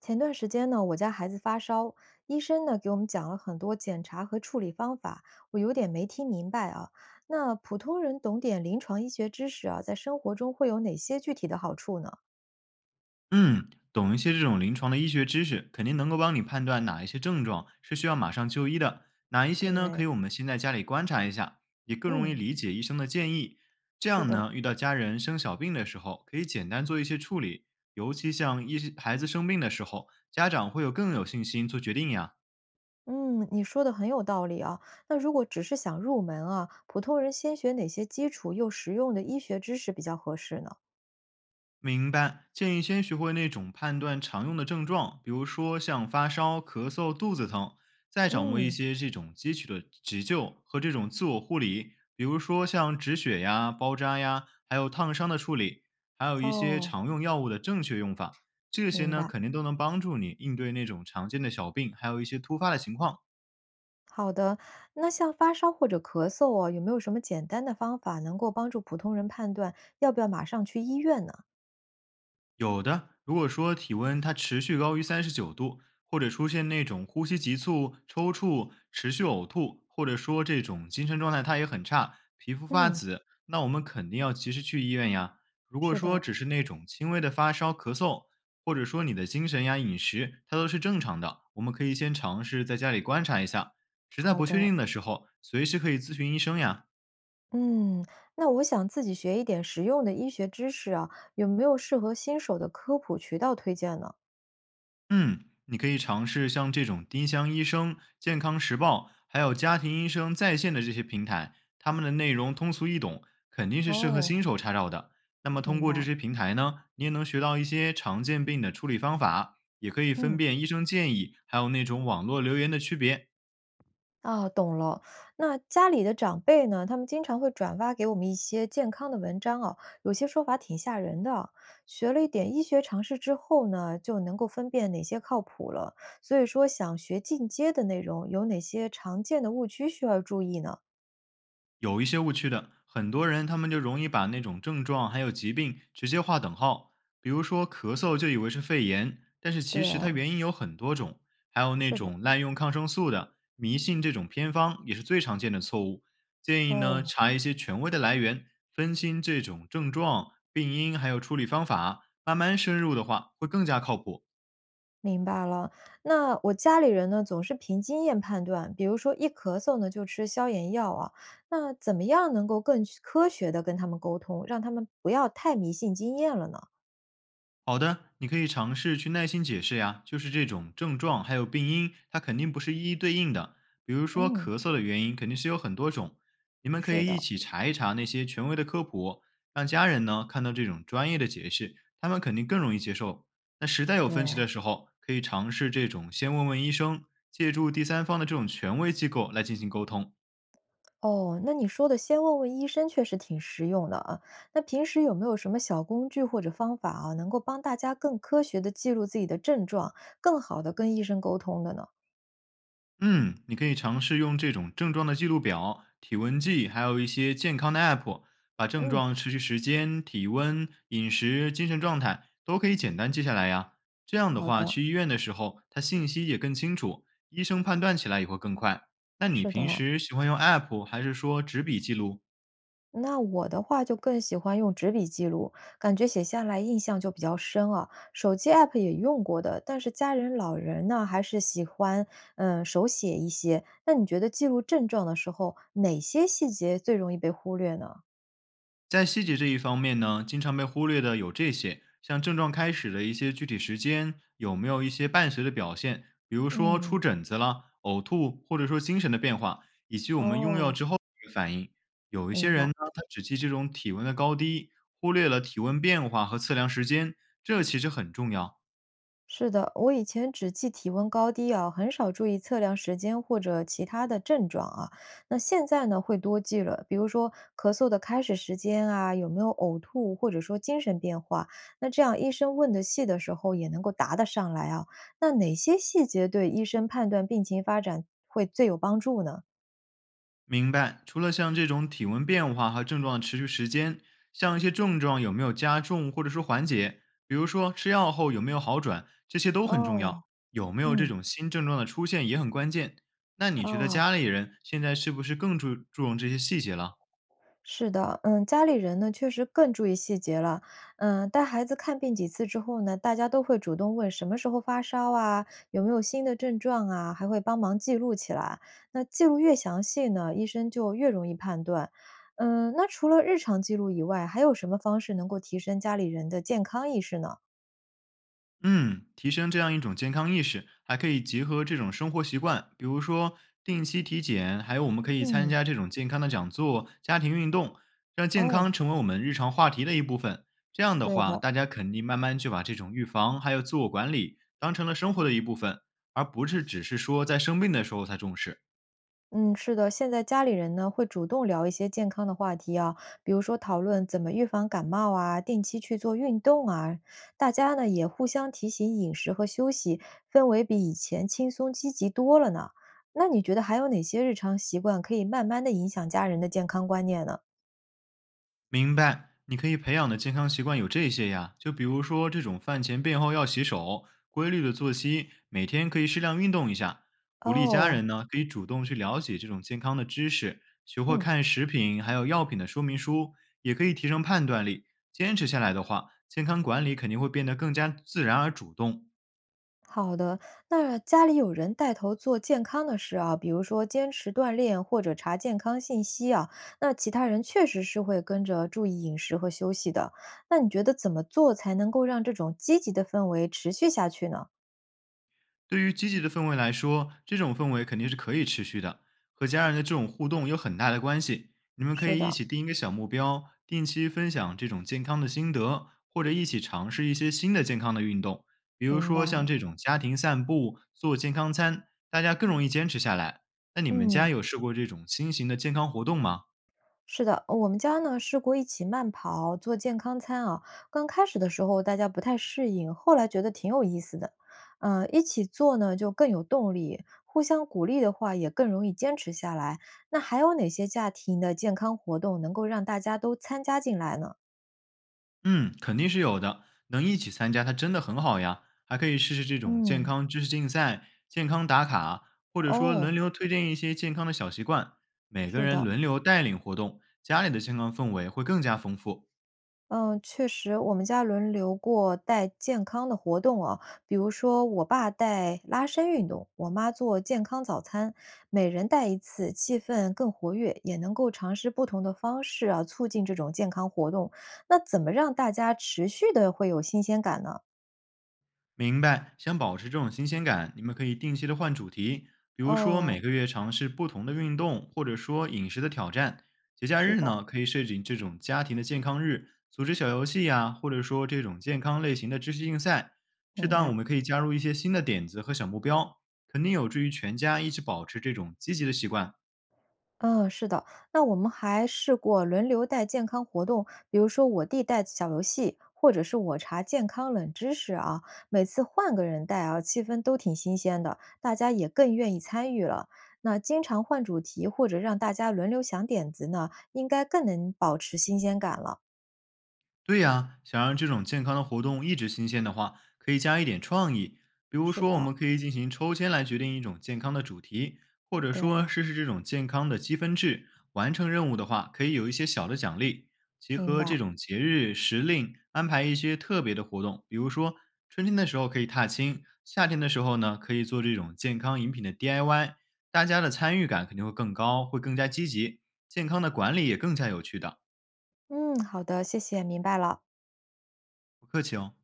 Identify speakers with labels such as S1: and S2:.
S1: 前段时间呢，我家孩子发烧，医生呢给我们讲了很多检查和处理方法，我有点没听明白啊。那普通人懂点临床医学知识啊，在生活中会有哪些具体的好处呢？
S2: 嗯，懂一些这种临床的医学知识，肯定能够帮你判断哪一些症状是需要马上就医的，哪一些呢可以
S1: 对，
S2: 我们先在家里观察一下，也更容易
S1: 嗯，
S2: 理解医生的建议。这
S1: 是
S2: 样
S1: 的，
S2: 呢，遇到家人生小病的时候，可以简单做一些处理，尤其像医孩子生病的时候，家长会有更有信心做决定呀。
S1: 嗯，你说的很有道理啊。那如果只是想入门啊，普通人先学哪些基础又实用的医学知识比较合适呢？
S2: 明白，建议先学会那种判断常用的症状，比如说像发烧、咳嗽、肚子疼，再掌握一
S1: 嗯，
S2: 些这种基础的急救和这种自我护理，比如说像止血呀、包扎呀，还有烫伤的处理，还有一些
S1: 哦，
S2: 常用药物的正确用法，这些
S1: 明
S2: 呢
S1: 白。
S2: 肯定都能帮助你应对那种常见的小病，还有一些突发的情况。
S1: 好的，那像发烧或者咳嗽啊，有没有什么简单的方法能够帮助普通人判断要不要马上去医院呢？
S2: 有的，如果说体温它持续高于39度，或者出现那种呼吸急促、抽搐、持续呕吐，或者说这种精神状态它也很差，皮肤发
S1: 嗯，
S2: 紫，那我们肯定要及时去医院呀。如果
S1: 是
S2: 说
S1: 的，
S2: 只是那种轻微的发烧、咳嗽，或者说你的精神呀、饮食它都是正常的，我们可以先尝试在家里观察一下，实在
S1: 好
S2: 不确
S1: 的，
S2: 定的时候，随时可以咨询医生呀。
S1: 嗯，那我想自己学一点实用的医学知识啊，有没有适合新手的科普渠道推荐呢？
S2: 嗯，你可以尝试像这种丁香医生、健康时报，还有家庭医生在线的这些平台，他们的内容通俗易懂，肯定是适合
S1: 哦，
S2: 新手查找的。那么通
S1: 明
S2: 过这
S1: 白，
S2: 些平台呢，你也能学到一些常见病的处理方法，也可以分
S1: 嗯。
S2: 辨医生建议还有那种网络留言的区别。
S1: 啊，懂了。那家里的长辈呢，他们经常会转发给我们一些健康的文章哦，有些说法挺吓人的啊，学了一点医学常识之后呢，就能够分辨哪些靠谱了。所以说，想学进阶的内容，有哪些常见的误区需要注意呢？
S2: 有一些误区的，很多人他们就容易把那种症状还有疾病直接划等号，比如说咳嗽就以为是肺炎，但是其
S1: 对
S2: 实它
S1: 啊，
S2: 原因有很多种，还有那
S1: 是的，
S2: 种滥用抗生素的、迷信这种偏方也是最常见的错误。建议呢
S1: 哦。
S2: 查一些权威的来源，分清这种症状、病因还有处理方法，慢慢深入的话会更加靠谱。
S1: 明白了，那我家里人呢，总是凭经验判断，比如说一咳嗽呢就吃消炎药啊，那怎么样能够更科学的跟他们沟通，让他们不要太迷信经验了呢？
S2: 好的，你可以尝试去耐心解释呀，就是这种症状还有病因，它肯定不是一一对应的。比如说
S1: 嗯，
S2: 咳嗽的原因肯定是有很多种，你们可
S1: 是
S2: 以一
S1: 的，
S2: 起查一查那些权威的科普，让家人呢看到这种专业的解释，他们肯定更容易接受。那实在有
S1: 对，
S2: 分歧的时候，可以尝试这种先问问医生，借助第三方的这种权威机构来进行沟通。
S1: 哦，那你说的先问问医生确实挺实用的啊。那平时有没有什么小工具或者方法啊，能够帮大家更科学的记录自己的症状，更好的跟医生沟通的呢？
S2: 嗯，你可以尝试用这种症状的记录表、体温计，还有一些健康的 App，把症
S1: 嗯，
S2: 状、持续时间、体温、饮食、精神状态都可以简单记下来呀。这样的
S1: 好
S2: 话，
S1: 的，
S2: 去医院的时候，它信息也更清楚，医生判断起来也会更快。那你
S1: 是
S2: 平
S1: 的。
S2: 时喜欢用 App 还是说纸笔记录？
S1: 那我的话就更喜欢用纸笔记录，感觉写下来印象就比较深啊。手机 app 也用过的，但是家人、老人呢还是喜欢手写一些。那你觉得记录症状的时候，哪些细节最容易被忽略呢？
S2: 在细节这一方面呢，经常被忽略的有这些，像症状开始的一些具体时间，有没有一些伴随的表现，比如说出
S1: 嗯，
S2: 疹子了、呕吐，或者说精神的变化，以及我们用药
S1: 哦，
S2: 之后的反应。有一些
S1: 明
S2: 人
S1: 白。
S2: 呢，他只记这种体温的高低，忽略了体温变化和测量时间，这其实很重要。
S1: 是的，我以前只记体温高低啊，很少注意测量时间或者其他的症状啊。那现在呢，会多记了，比如说咳嗽的开始时间啊，有没有呕吐，或者说精神变化。那这样医生问的细的时候，也能够答得上来啊。那哪些细节对医生判断病情发展会最有帮助呢？
S2: 明白。除了像这种体温变化和症状的持续时间，像一些症状有没有加重或者说缓解，比如说吃药后有没有好转，这些都很重要。
S1: 哦，
S2: 有没有这
S1: 嗯，
S2: 种新症状的出现也很关键。那你觉得家
S1: 哦。
S2: 里人现在是不是更注重这些细节了？
S1: 是的，嗯，家里人呢确实更注意细节了，嗯，带孩子看病几次之后呢，大家都会主动问什么时候发烧啊，有没有新的症状啊，还会帮忙记录起来。那记录越详细呢，医生就越容易判断。嗯，那除了日常记录以外，还有什么方式能够提升家里人的健康意识呢？
S2: 嗯，提升这样一种健康意识，还可以结合这种生活习惯，比如说定期体检，还有我们可以参
S1: 嗯，
S2: 加这种健康的讲座、家庭运动，让健
S1: 哦，
S2: 康成为我们日常话题的一部分。这样的
S1: 对
S2: 话，
S1: 的。
S2: 大家肯定慢慢就把这种预防还有自我管理当成了生活的一部分，而不是只是说在生病的时候才重视。
S1: 嗯，是的，现在家里人呢会主动聊一些健康的话题啊，比如说讨论怎么预防感冒啊，定期去做运动啊，大家呢也互相提醒饮食和休息，氛围比以前轻松积极多了呢。那你觉得还有哪些日常习惯可以慢慢的影响家人的健康观念呢？
S2: 明白，你可以培养的健康习惯有这些呀，就比如说这种饭前便后要洗手，规律的作息，每天可以适量运动一下。鼓励家
S1: 哦，
S2: 人呢，可以主动去了解这种健康的知识，学会
S1: 嗯。
S2: 看食品还有药品的说明书，也可以提升判断力。坚持下来的话，健康管理肯定会变得更加自然而主动。
S1: 好的，那家里有人带头做健康的事啊，比如说坚持锻炼或者查健康信息啊，那其他人确实是会跟着注意饮食和休息的。那你觉得怎么做才能够让这种积极的氛围持续下去呢？
S2: 对于积极的氛围来说，这种氛围肯定是可以持续的，和家人的这种互动有很大的关系。你们可
S1: 是
S2: 以一
S1: 的，
S2: 起定一个小目标，定期分享这种健康的心得，或者一起尝试一些新的健康的运动，比如
S1: 明
S2: 说
S1: 白。
S2: 像这种家庭散步、做健康餐，大家更容易坚持下来。那你们家
S1: 嗯。
S2: 有试过这种新型的健康活动吗？
S1: 是的，我们家呢试过一起慢跑做健康餐啊。刚开始的时候大家不太适应，后来觉得挺有意思的。嗯，一起做呢就更有动力，互相鼓励的话也更容易坚持下来。那还有哪些家庭的健康活动能够让大家都参加进来呢？
S2: 嗯，肯定是有的，能一起参加它真的很好呀，还可以试试这种健
S1: 嗯，
S2: 康知识竞赛、健康打卡，或者说
S1: 哦，
S2: 轮流推荐一些健康的小习惯，每个
S1: 是
S2: 人
S1: 的，
S2: 轮流带领活动，家里的健康氛围会更加丰富。
S1: 嗯，确实，我们家轮流过带健康的活动啊，比如说我爸带拉伸运动，我妈做健康早餐，每人带一次，气氛更活跃，也能够尝试不同的方式啊，促进这种健康活动。那怎么让大家持续的会有新鲜感呢？
S2: 明白，想保持这种新鲜感，你们可以定期的换主题，比如说每
S1: 哦，
S2: 个月尝试不同的运动，或者说饮食的挑战。节假
S1: 是
S2: 日
S1: 的，
S2: 呢，可以设置这种家庭的健康日，组织小游戏呀、或者说这种健康类型的知识竞赛。适
S1: 明
S2: 当我
S1: 白。
S2: 们可以加入一些新的点子和小目标，肯定有助于全家一直保持这种积极的习惯。
S1: 嗯，是的。那我们还试过轮流带健康活动，比如说我弟带小游戏，或者是我查健康冷知识啊。每次换个人带啊，气氛都挺新鲜的，大家也更愿意参与了。那经常换主题或者让大家轮流想点子呢，应该更能保持新鲜感了。
S2: 对呀，想让这种健康的活动一直新鲜的话，可以加一点创意。比如
S1: 是
S2: 说，我
S1: 的，
S2: 们可以进行抽签来决定一种健康的主题，或者说
S1: 对，
S2: 试试这种健康的积分制。完成任务的话，可以有一些小的奖励。结
S1: 明
S2: 合这
S1: 白。
S2: 种节日时令，安排一些特别的活动，比如说春天的时候可以踏青，夏天的时候呢可以做这种健康饮品的 DIY。大家的参与感肯定会更高，会更加积极，健康的管理也更加有趣的。
S1: 嗯，好的，谢谢，明白了。
S2: 不客气哦。